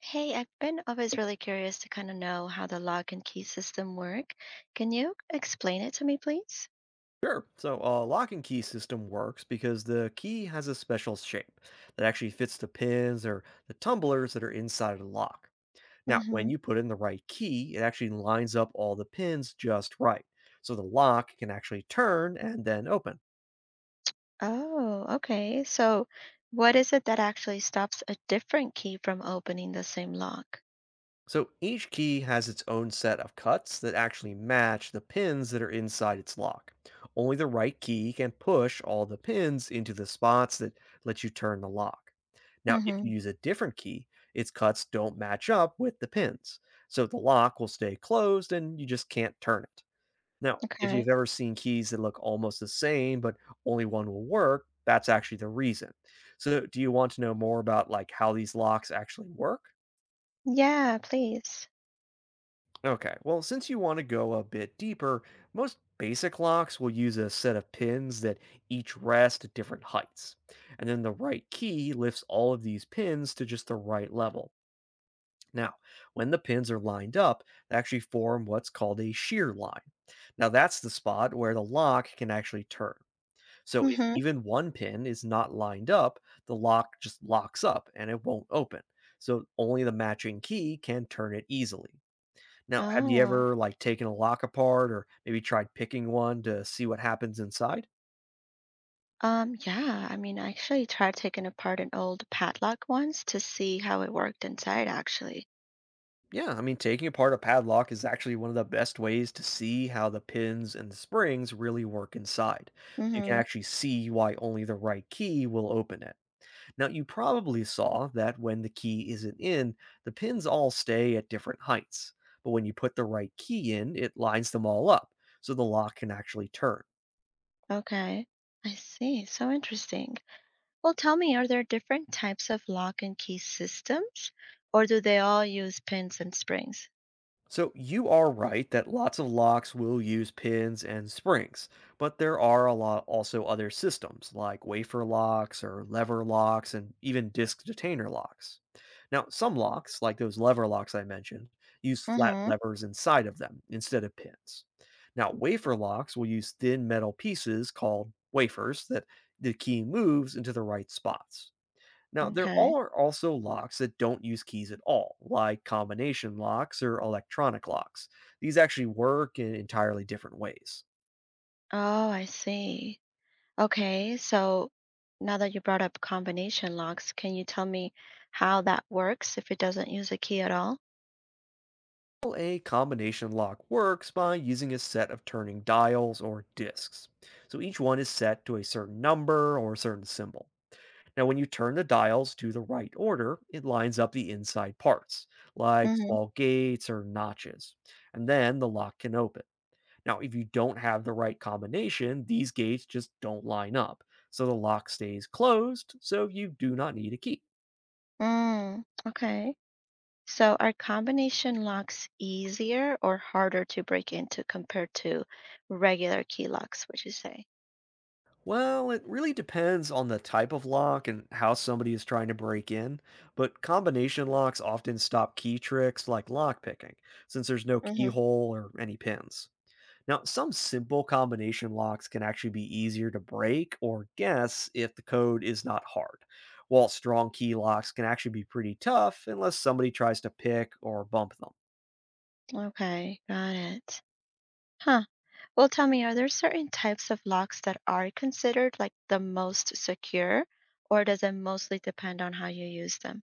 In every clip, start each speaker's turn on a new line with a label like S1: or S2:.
S1: Hey, I've been always really curious to kind of know how the lock and key system work. Can you explain it to me, please?
S2: Sure. So a lock and key system works because the key has a special shape that actually fits the pins or the tumblers that are inside of the lock. Now, when
S1: Hmm.
S2: you put in the right key, it actually lines up all the pins just right. So the lock can actually turn and then open.
S1: Oh, okay. So, what is it that actually stops a different key from opening the same lock?
S2: So each key has its own set of cuts that actually match the pins that are inside its lock. Only the right key can push all the pins into the spots that let you turn the lock. Now, if
S1: Hmm.
S2: you use a different key, its cuts don't match up with the pins. So the lock will stay closed and you just can't turn it. Now, if
S1: Okay.
S2: you've ever seen keys that look almost the same, but only one will work, that's actually the reason. So, do you want to know more about like how these locks actually work?
S1: Yeah, please.
S2: Okay, well, since you want to go a bit deeper, most basic locks will use a set of pins that each rest at different heights. And then the right key lifts all of these pins to just the right level. Now, when the pins are lined up, they actually form what's called a shear line. Now, that's the spot where the lock can actually turn. So, if
S1: Hmm.
S2: even one pin is not lined up, the lock just locks up and it won't open. So, only the matching key can turn it easily. Now, have you
S1: Oh,
S2: ever, like, taken a lock apart or maybe tried picking one to see what happens inside?
S1: yeah. I mean, I actually tried taking apart an old padlock once to see how it worked inside, actually.
S2: Yeah, I mean, taking apart a padlock is actually one of the best ways to see how the pins and the springs really work inside. So you can
S1: Hmm.
S2: actually see why only the right key will open it. Now, you probably saw that when the key isn't in, the pins all stay at different heights. But when you put the right key in, it lines them all up, so the lock can actually turn.
S1: Okay. I see. So interesting. Well, tell me, are there different types of lock and key systems, or do they all use pins and springs?
S2: So you are right that lots of locks will use pins and springs, but there are a lot also other systems like wafer locks or lever locks and even disk detainer locks. Now, some locks, like those lever locks I mentioned, use flat
S1: Mm-hmm.
S2: levers inside of them instead of pins. Now, wafer locks will use thin metal pieces called wafers that the key moves into the right spots. Now, there
S1: Okay.
S2: are also locks that don't use keys at all, like combination locks or electronic locks. These actually work in entirely different ways.
S1: Oh, I see. Okay, so now that you brought up combination locks, can you tell me how that works if it doesn't use a key at all?
S2: Well, a combination lock works by using a set of turning dials or discs. So each one is set to a certain number or a certain symbol. Now, when you turn the dials to the right order, it lines up the inside parts, like
S1: Mm-hmm.
S2: small gates or notches, and then the lock can open. Now, if you don't have the right combination, these gates just don't line up, so the lock stays closed, so you do not need a key.
S1: Mm, okay. So are combination locks easier or harder to break into compared to regular key locks, would you say?
S2: Well, it really depends on the type of lock and how somebody is trying to break in, but combination locks often stop key tricks like lock picking, since there's no
S1: Mm-hmm.
S2: keyhole or any pins. Now, some simple combination locks can actually be easier to break or guess if the code is not hard, while strong key locks can actually be pretty tough unless somebody tries to pick or bump them.
S1: Okay, got it. Huh. Well, tell me, are there certain types of locks that are considered like the most secure, or does it mostly depend on how you use them?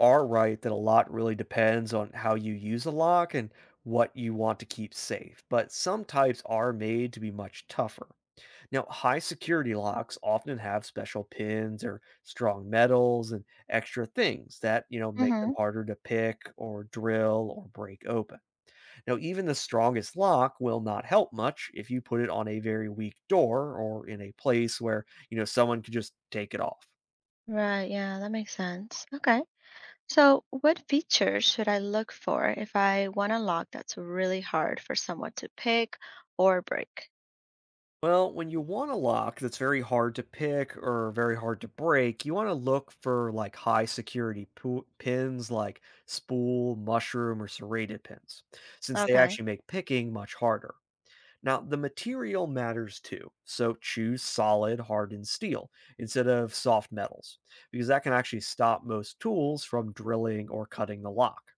S2: Are right that a lot really depends on how you use a lock and what you want to keep safe, but some types are made to be much tougher. Now, high security locks often have special pins or strong metals and extra things that, you know, make them
S1: Hmm.
S2: harder to pick or drill or break open. Now, even the strongest lock will not help much if you put it on a very weak door or in a place where, you know, someone could just take it off.
S1: Right, yeah, that makes sense. Okay. So, what features should I look for if I want a lock that's really hard for someone to pick or break?
S2: Well, when you want a lock that's very hard to pick or very hard to break, you want to look for like high security pins like spool, mushroom, or serrated pins, since they
S1: Okay.
S2: actually make picking much harder. Now, the material matters too. So choose solid, hardened steel instead of soft metals, because that can actually stop most tools from drilling or cutting the lock.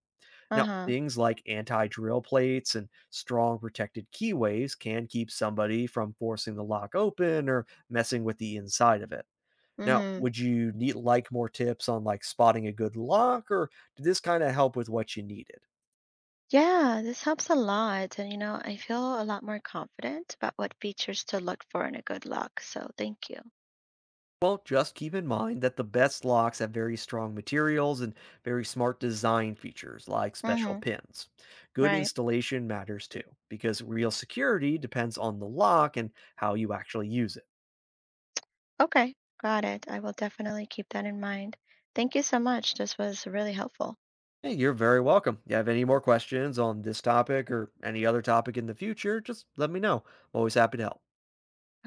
S2: Now,
S1: Uh-huh.
S2: things like anti drill plates and strong protected keyways can keep somebody from forcing the lock open or messing with the inside of it. Now,
S1: Mm-hmm.
S2: would you need like more tips on like spotting a good lock, or did this kind of help with what you needed?
S1: Yeah, this helps a lot. And, you know, I feel a lot more confident about what features to look for in a good lock. So, thank you.
S2: Well, just keep in mind that the best locks have very strong materials and very smart design features like special
S1: Mm-hmm.
S2: pins. Good
S1: Right.
S2: installation matters too, because real security depends on the lock and how you actually use it.
S1: Okay, got it. I will definitely keep that in mind. Thank you so much. This was really helpful.
S2: Hey, you're very welcome. You have any more questions on this topic or any other topic in the future, just let me know. I'm always happy to help.
S1: Okay.